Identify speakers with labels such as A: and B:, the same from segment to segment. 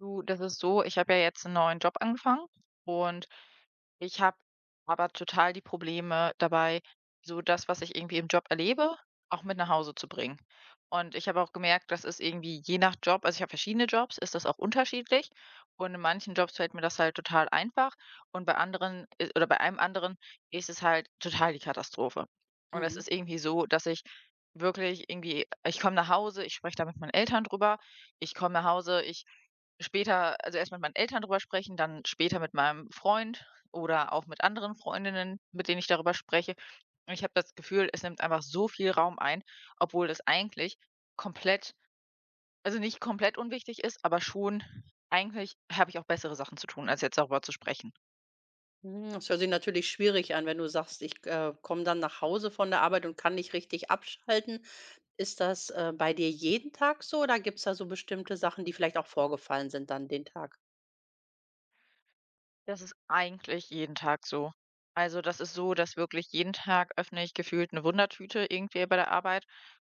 A: Du, das ist so, ich habe ja jetzt einen neuen Job angefangen und ich habe aber total die Probleme dabei, so das, was ich irgendwie im Job erlebe, auch mit nach Hause zu bringen. Und ich habe auch gemerkt, das ist irgendwie je nach Job, also, ich habe verschiedene Jobs, ist das auch unterschiedlich. Und in manchen Jobs fällt mir das halt total einfach und bei anderen oder bei einem anderen ist es halt total die Katastrophe. Und es
B: Mhm.
A: ist irgendwie so, dass ich wirklich irgendwie, ich komme nach Hause, ich spreche da mit meinen Eltern drüber, ich komme nach Hause, ich. Später also erst mit meinen Eltern drüber sprechen, dann später mit meinem Freund oder auch mit anderen Freundinnen, mit denen ich darüber spreche. Und ich habe das Gefühl, es nimmt einfach so viel Raum ein, obwohl das eigentlich komplett, also nicht komplett unwichtig ist, aber schon, eigentlich habe ich auch bessere Sachen zu tun, als jetzt darüber zu sprechen.
B: Mhm, das hört sich natürlich schwierig an, wenn du sagst, komme dann nach Hause von der Arbeit und kann nicht richtig abschalten. Ist das bei dir jeden Tag so oder gibt's da so bestimmte Sachen, die vielleicht auch vorgefallen sind dann den Tag?
A: Das ist eigentlich jeden Tag so. Also, das ist so, dass wirklich jeden Tag öffne ich gefühlt eine Wundertüte irgendwie bei der Arbeit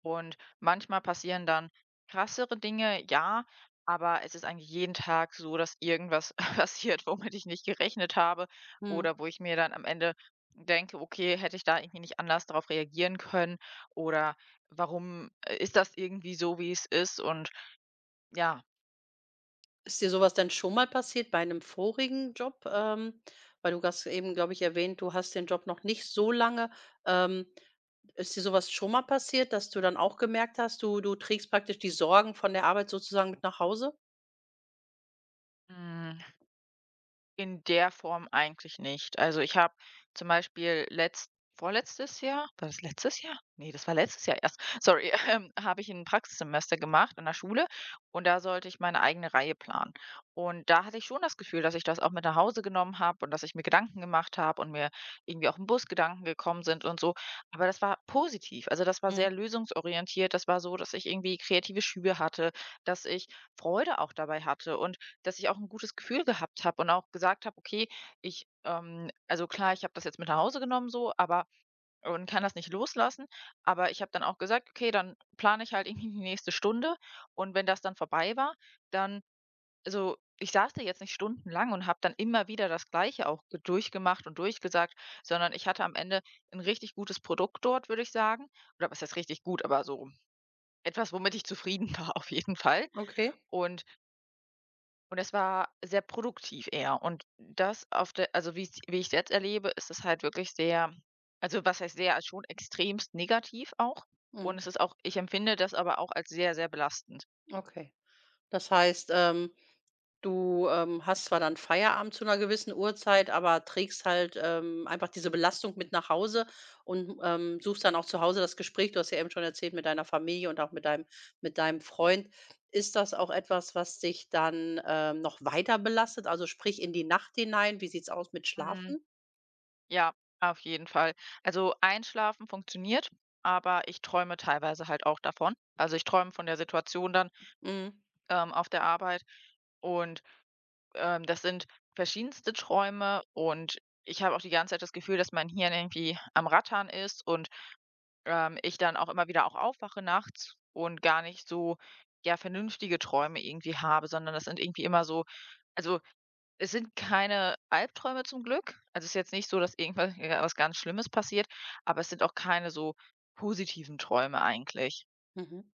A: und manchmal passieren dann krassere Dinge, ja, aber es ist eigentlich jeden Tag so, dass irgendwas passiert, womit ich nicht gerechnet habe
B: Mhm.
A: oder wo ich mir dann am Ende denke: „Okay, hätte ich da irgendwie nicht anders darauf reagieren können oder warum, ist das irgendwie so, wie es ist?“ Und ja,
B: Ist dir sowas was denn schon mal passiert bei einem vorigen Job? Weil du hast eben, glaube ich, erwähnt, du hast den Job noch nicht so lange. Ähm, Ist dir sowas schon mal passiert, dass du dann auch gemerkt hast, du trägst praktisch die Sorgen von der Arbeit sozusagen mit nach Hause?
A: hm in der Form eigentlich nicht. Also, ich habe zum Beispiel letzt vorletztes Jahr, war das letztes Jahr? Ne, das war letztes Jahr erst. Sorry, habe ich ein Praxissemester gemacht an der Schule und da sollte ich meine eigene Reihe planen. Und da hatte ich schon das Gefühl, dass ich das auch mit nach Hause genommen habe und dass ich mir Gedanken gemacht habe und mir irgendwie auch im Bus Gedanken gekommen sind und so. Aber das war positiv. Also, das war sehr
B: Mhm.
A: lösungsorientiert. Das war so, dass ich irgendwie kreative Schübe hatte, dass ich Freude auch dabei hatte und dass ich auch 'n gutes Gefühl gehabt habe und auch gesagt habe: „Okay, ich, also klar, ich habe das jetzt mit nach Hause genommen so, aber und kann das nicht loslassen.“ Aber ich habe dann auch gesagt: „Okay, dann plane ich halt irgendwie die nächste Stunde.“ Und wenn das dann vorbei war, dann, also, ich saß da jetzt nicht stundenlang und habe dann immer wieder das Gleiche auch ge durchgemacht und durchgesagt, sondern ich hatte am Ende 'n richtig gutes Produkt dort, würde ich sagen. Oder was heißt richtig gut, aber so etwas, womit ich zufrieden war auf jeden Fall.
B: Okay.
A: Und es war sehr produktiv eher. Und das auf der, also wie ich es jetzt erlebe, ist es halt wirklich sehr, also was heißt sehr, also schon extremst negativ auch.
B: Mhm.
A: Und es ist auch, ich empfinde das aber auch als sehr, sehr belastend.
B: Okay. Das heißt, du hast zwar dann Feierabend zu einer gewissen Uhrzeit, aber trägst halt einfach diese Belastung mit nach Hause und, suchst dann auch zu Hause das Gespräch. Du hast ja eben schon erzählt mit deiner Familie und auch mit deinem Freund. Ist das auch etwas, was dich dann, noch weiter belastet, also sprich in die Nacht hinein? Wie sieht's aus mit
A: Hm,
B: Schlafen?
A: ja, auf jeden Fall. Also, Einschlafen funktioniert, aber ich träume teilweise halt auch davon. Also, ich träume von der Situation dann,
B: Mhm,
A: auf der Arbeit und, das sind verschiedenste Träume und ich habe auch die ganze Zeit das Gefühl, dass mein Hirn irgendwie am Rattern ist und ich dann auch immer wieder auch aufwache nachts und gar nicht so, ja, vernünftige Träume irgendwie habe, sondern das sind irgendwie immer so, also, es sind keine Albträume zum Glück. Also, es ist jetzt nicht so, dass irgendwas, ja, was ganz Schlimmes passiert, aber es sind auch keine so positiven Träume eigentlich.
B: mhm.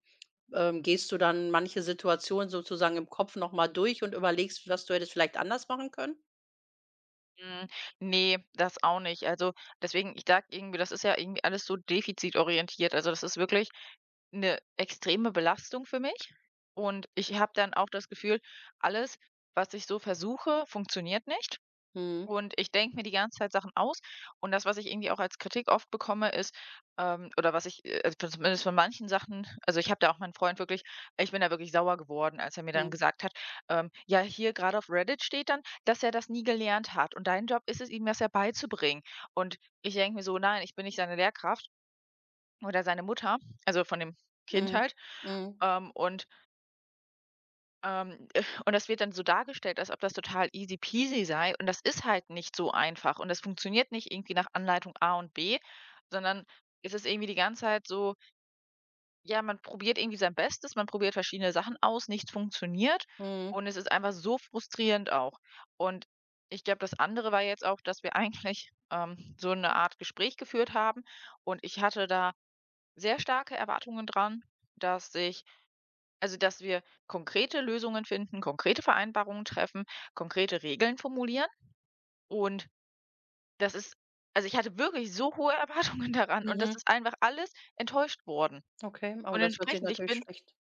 B: Gehst du dann manche Situationen sozusagen im Kopf noch mal durch und überlegst, was du hättest vielleicht anders machen können?
A: Hm, ne, das auch nicht. Also, deswegen, ich sage irgendwie, das ist ja irgendwie alles so defizitorientiert. Also, das ist wirklich eine extreme Belastung für mich und ich habe dann auch das Gefühl, alles, was ich so versuche, funktioniert nicht
B: Mhm,
A: und ich denke mir die ganze Zeit Sachen aus und das, was ich irgendwie auch als Kritik oft bekomme, ist oder was ich, also zumindest von manchen Sachen, also ich habe da auch meinen Freund wirklich, ich bin da wirklich sauer geworden, als er mir dann
B: mhm,
A: gesagt hat, ja, hier gerade auf Reddit steht dann, dass er das nie gelernt hat und dein Job ist es, ihm das ja beizubringen. Und ich denke mir so: „Nein, ich bin nicht seine Lehrkraft.“ Oder seine Mutter, also von dem Kind
B: mhm,
A: halt.
B: mhm.
A: Und, ähm, und das wird dann so dargestellt, als ob das total easy peasy sei. Und das ist halt nicht so einfach. Und das funktioniert nicht irgendwie nach Anleitung A und B, sondern es ist irgendwie die ganze Zeit so, ja, man probiert irgendwie sein Bestes, man probiert verschiedene Sachen aus, nichts funktioniert.
B: Mhm.
A: Und es ist einfach so frustrierend auch. Und ich glaube, das andere war jetzt auch, dass wir eigentlich so eine Art Gespräch geführt haben. Und ich hatte da sehr starke Erwartungen dran, dass sich, also, dass wir konkrete Lösungen finden, konkrete Vereinbarungen treffen, konkrete Regeln formulieren. Und das ist, also, ich hatte wirklich so hohe Erwartungen daran und das
B: Mhm.
A: ist einfach alles enttäuscht worden.
B: Okay, aber
A: Und
B: das hört sich
A: entsprechend, ich
B: natürlich
A: bin,
B: schlecht.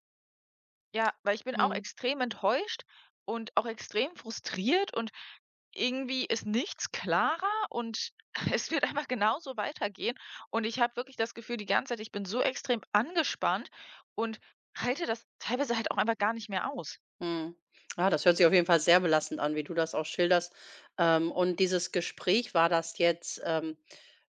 A: ja, weil ich bin auch
B: Mhm.
A: extrem enttäuscht und auch extrem frustriert und irgendwie ist nichts klarer und es wird einfach genauso weitergehen. Und ich habe wirklich das Gefühl die ganze Zeit, ich bin so extrem angespannt und halte das teilweise halt auch einfach gar nicht mehr aus.
B: Mhm. Ja, das hört sich auf jeden Fall sehr belastend an, wie du das auch schilderst. Und dieses Gespräch, war das jetzt,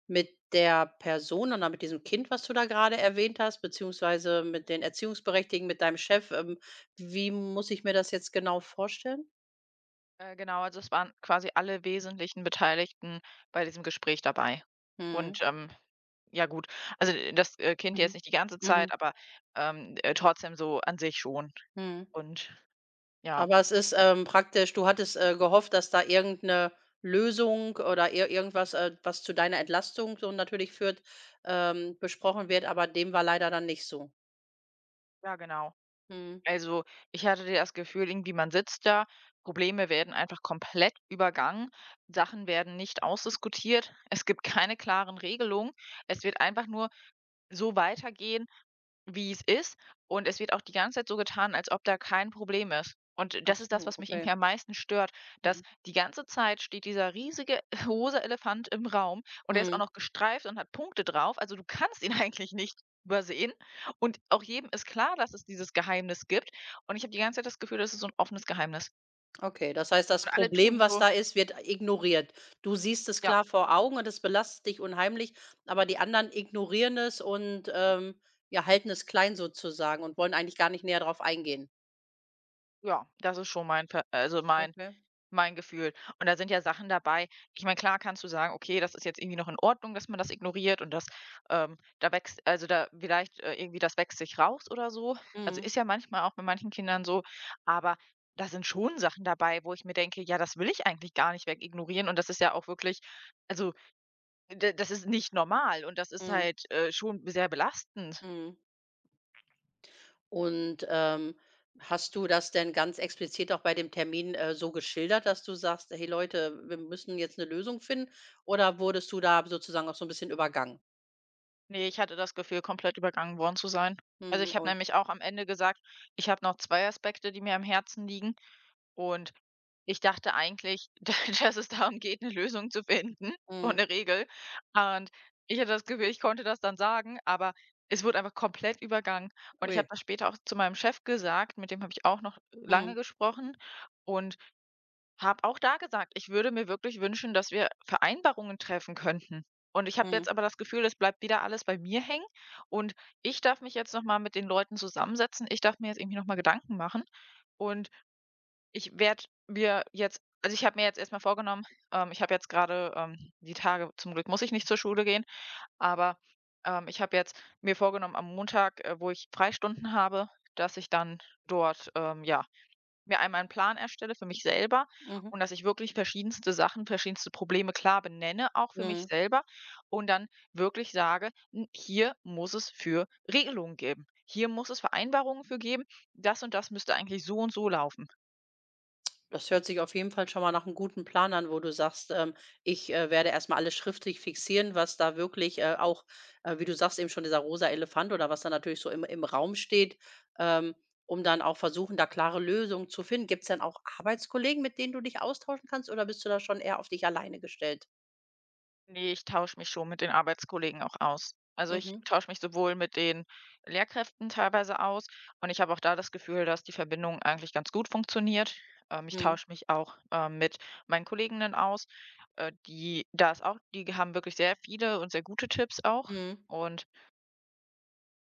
B: mit der Person oder mit diesem Kind, was du da gerade erwähnt hast, beziehungsweise mit den Erziehungsberechtigten, mit deinem Chef? Wie muss ich mir das jetzt genau vorstellen?
A: Genau, also es waren quasi alle wesentlichen Beteiligten bei diesem Gespräch dabei. Und
B: Mhm.
A: ja gut, also das Kind jetzt
B: Mhm.
A: nicht die ganze
B: Mhm.
A: Zeit, aber trotzdem so an sich schon.
B: Mhm.
A: Und ja,
B: Aber es ist, praktisch du hattest gehofft, dass da irgendeine Lösung oder ir irgendwas, was zu deiner Entlastung so natürlich führt, besprochen wird, aber dem war leider dann nicht so.
A: ja genau.
B: Mhm.
A: Also, ich hatte das Gefühl, irgendwie man sitzt da, Probleme werden einfach komplett übergangen, Sachen werden nicht ausdiskutiert, es gibt keine klaren Regelungen. Es wird einfach nur so weitergehen, wie es ist und es wird auch die ganze Zeit so getan, als ob da kein Problem ist. Und
B: Ach
A: das ist das,
B: so,
A: was mich
B: okay.
A: irgendwie am meisten stört, dass
B: Mhm.
A: die ganze Zeit steht dieser riesige rosa Elefant im Raum und der ist auch
B: Mhm.
A: noch gestreift und hat Punkte drauf. Also, du kannst ihn eigentlich nicht übersehen und auch jedem ist klar, dass es dieses Geheimnis gibt und ich habe die ganze Zeit das Gefühl, das ist so ein offenes Geheimnis
B: Okay, das heißt, das
A: und alle
B: Problem,
A: tun
B: was
A: so:
B: da ist, wird ignoriert. Du siehst es
A: „Ja,
B: klar vor Augen und es belastet dich unheimlich, aber die anderen ignorieren es und, ja, halten es klein sozusagen und wollen eigentlich gar nicht näher darauf eingehen.
A: ja, das ist schon mein Ver also, mein
B: Okay.
A: mein Gefühl. Und da sind ja Sachen dabei, ich meine, klar kannst du sagen: „Okay, das ist jetzt irgendwie noch in Ordnung, dass man das ignoriert und das, da wächst, also, da vielleicht, irgendwie das wächst sich raus oder so.“ Also,
B: Mhm.
A: ist ja manchmal auch bei manchen Kindern so, aber da sind schon Sachen dabei, wo ich mir denke: „Ja, das will ich eigentlich gar nicht weg ignorieren. Und das ist ja auch wirklich, also, d das ist nicht normal und das ist
B: Mhm.
A: halt, schon sehr belastend.
B: Mhm. Und, hast du das denn ganz explizit auch bei dem Termin so geschildert, dass du sagst: „Hey Leute, wir müssen jetzt eine Lösung finden“, oder wurdest du da sozusagen auch so ein bisschen übergangen?
A: Ne, ich hatte das Gefühl, komplett übergangen worden zu sein. Also,
B: Mhm,
A: ich habe
B: ui,
A: nämlich auch am Ende gesagt, ich habe noch 2 Aspekte, die mir am Herzen liegen. Und ich dachte eigentlich, da dass es darum geht, eine Lösung zu finden und
B: mhm,
A: 'ne Regel. Und ich hatte das Gefühl, ich konnte das dann sagen, aber es wurde einfach komplett übergangen. Und ich habe
B: ui,
A: das später auch zu meinem Chef gesagt, mit dem habe ich auch noch lange
B: mhm,
A: gesprochen und habe auch da gesagt: „Ich würde mir wirklich wünschen, dass wir Vereinbarungen treffen könnten.“ Und ich habe
B: mhm,
A: jetzt aber das Gefühl, es bleibt wieder alles bei mir hängen und ich darf mich jetzt noch mal mit den Leuten zusammensetzen. Ich darf mir jetzt irgendwie noch mal Gedanken machen und ich werde mir jetzt, also, ich habe mir jetzt erstmal vorgenommen, ich habe jetzt gerade die Tage zum Glück muss ich nicht zur Schule gehen, aber, ich habe jetzt mir vorgenommen, am Montag, wo ich Freistunden habe, dass ich dann dort, ja, mir einmal einen Plan erstelle für mich selber
B: mhm,
A: und dass ich wirklich verschiedenste Sachen, verschiedenste Probleme klar benenne, auch für mich
B: mhm.
A: selber und dann wirklich sage: „N Hier muss es für Regelungen geben. Hier muss es Vereinbarungen für geben. Das und das müsste eigentlich so und so laufen.“
B: Das hört sich auf jeden Fall schon mal nach einem guten Plan an, wo du sagst, „Ich werde erst mal alles schriftlich fixieren“, was da wirklich auch wie du sagst, eben schon dieser rosa Elefant oder was da natürlich so im im Raum steht, ähm, um dann auch versuchen, da klare Lösungen zu finden. Gibt es denn auch Arbeitskollegen, mit denen du dich austauschen kannst, oder bist du da schon eher auf dich alleine gestellt?
A: Ne, ich tausche mich schon mit den Arbeitskollegen auch aus. Also, ich
B: Mhm.
A: tausche mich sowohl mit den Lehrkräften teilweise aus und ich habe auch da das Gefühl, dass die Verbindung eigentlich ganz gut funktioniert. Ich
B: Mhm.
A: tausche mich auch, mit meinen Kolleginnen aus, die da ist auch die haben wirklich sehr viele und sehr gute Tipps auch.
B: Mhm.
A: Und,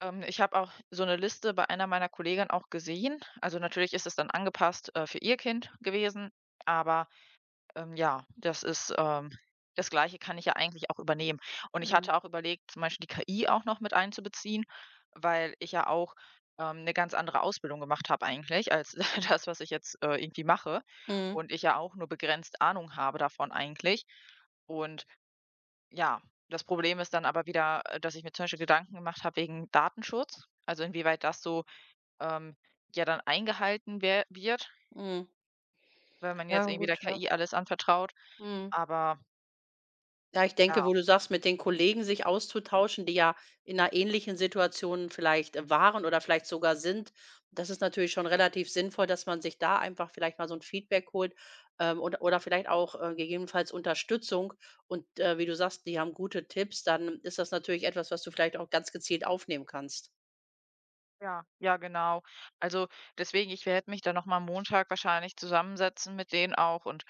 A: ich habe auch so eine Liste bei einer meiner Kolleginnen auch gesehen. Also, natürlich ist es dann angepasst, für ihr Kind gewesen, aber ja, das ist das Gleiche kann ich ja eigentlich auch übernehmen. Und ich
B: Mhm.
A: hatte auch überlegt, zum Beispiel die KI auch noch mit einzubeziehen, weil ich ja auch, 'ne ganz andere Ausbildung gemacht habe eigentlich als das, was ich jetzt, irgendwie mache
B: Mhm.
A: und ich ja auch nur begrenzt Ahnung habe davon eigentlich. Und ja, das Problem ist dann aber wieder, dass ich mir zum Beispiel Gedanken gemacht habe wegen Datenschutz, also inwieweit das so, ähm, ja dann eingehalten wer wird,
B: Mhm.
A: wenn man
B: Ja,
A: jetzt irgendwie der
B: gut, ja.
A: KI alles anvertraut.
B: Mhm.
A: Aber
B: Ja, ich denke,
A: ja.
B: wo du sagst, mit den Kollegen sich auszutauschen, die ja in 'ner ähnlichen Situation vielleicht waren oder vielleicht sogar sind. Das ist natürlich schon relativ sinnvoll, dass man sich da einfach vielleicht mal so ein Feedback holt, und oder vielleicht auch gegebenenfalls Unterstützung. Und, wie du sagst, die haben gute Tipps, dann ist das natürlich etwas, was du vielleicht auch ganz gezielt aufnehmen kannst.
A: Ja, ja, genau. Also deswegen, ich werde mich dann nochmal Montag wahrscheinlich zusammensetzen mit denen auch und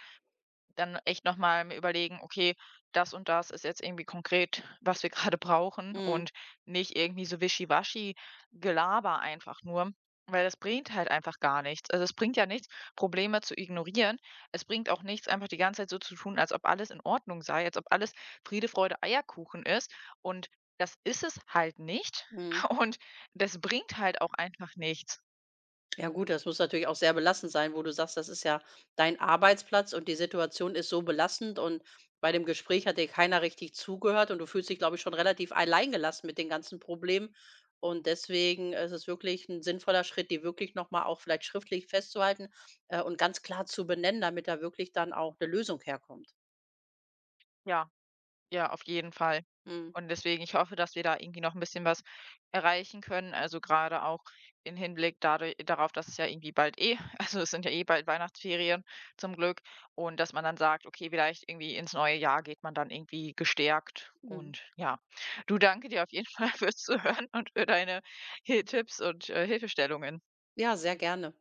A: dann echt noch mal mir überlegen: „Okay, das und das ist jetzt irgendwie konkret, was wir gerade brauchen“
B: Mhm,
A: und nicht irgendwie so wischiwaschi Gelaber einfach nur, weil das bringt halt einfach gar nichts. Also, es bringt ja nichts, Probleme zu ignorieren. Es bringt auch nichts, einfach die ganze Zeit so zu tun, als ob alles in Ordnung sei, als ob alles Friede, Freude, Eierkuchen ist und das ist es halt nicht
B: mhm.
A: und das bringt halt auch einfach nichts.
B: Ja gut, das muss natürlich auch sehr belastend sein, wo du sagst, das ist ja dein Arbeitsplatz und die Situation ist so belastend und bei dem Gespräch hat dir keiner richtig zugehört und du fühlst dich, glaube ich, schon relativ alleingelassen mit den ganzen Problemen. Und deswegen ist es wirklich ein sinnvoller Schritt, die wirklich nochmal auch vielleicht schriftlich festzuhalten und ganz klar zu benennen, damit da wirklich dann auch eine Lösung herkommt.
A: Ja. Ja, auf jeden Fall.
B: Mm,
A: Und deswegen, ich hoffe, dass wir da irgendwie noch ein bisschen was erreichen können. Also, gerade auch in Hinblick dadurch darauf, dass es ja irgendwie bald eh also, es sind ja eh bald Weihnachtsferien zum Glück und dass man dann sagt: „Okay, vielleicht irgendwie ins neue Jahr geht man dann irgendwie gestärkt.“
B: mm.
A: Und ja, du, danke dir auf jeden Fall fürs Zuhören und für deine Hi Tipps und, Hilfestellungen.
B: Ja, sehr gerne.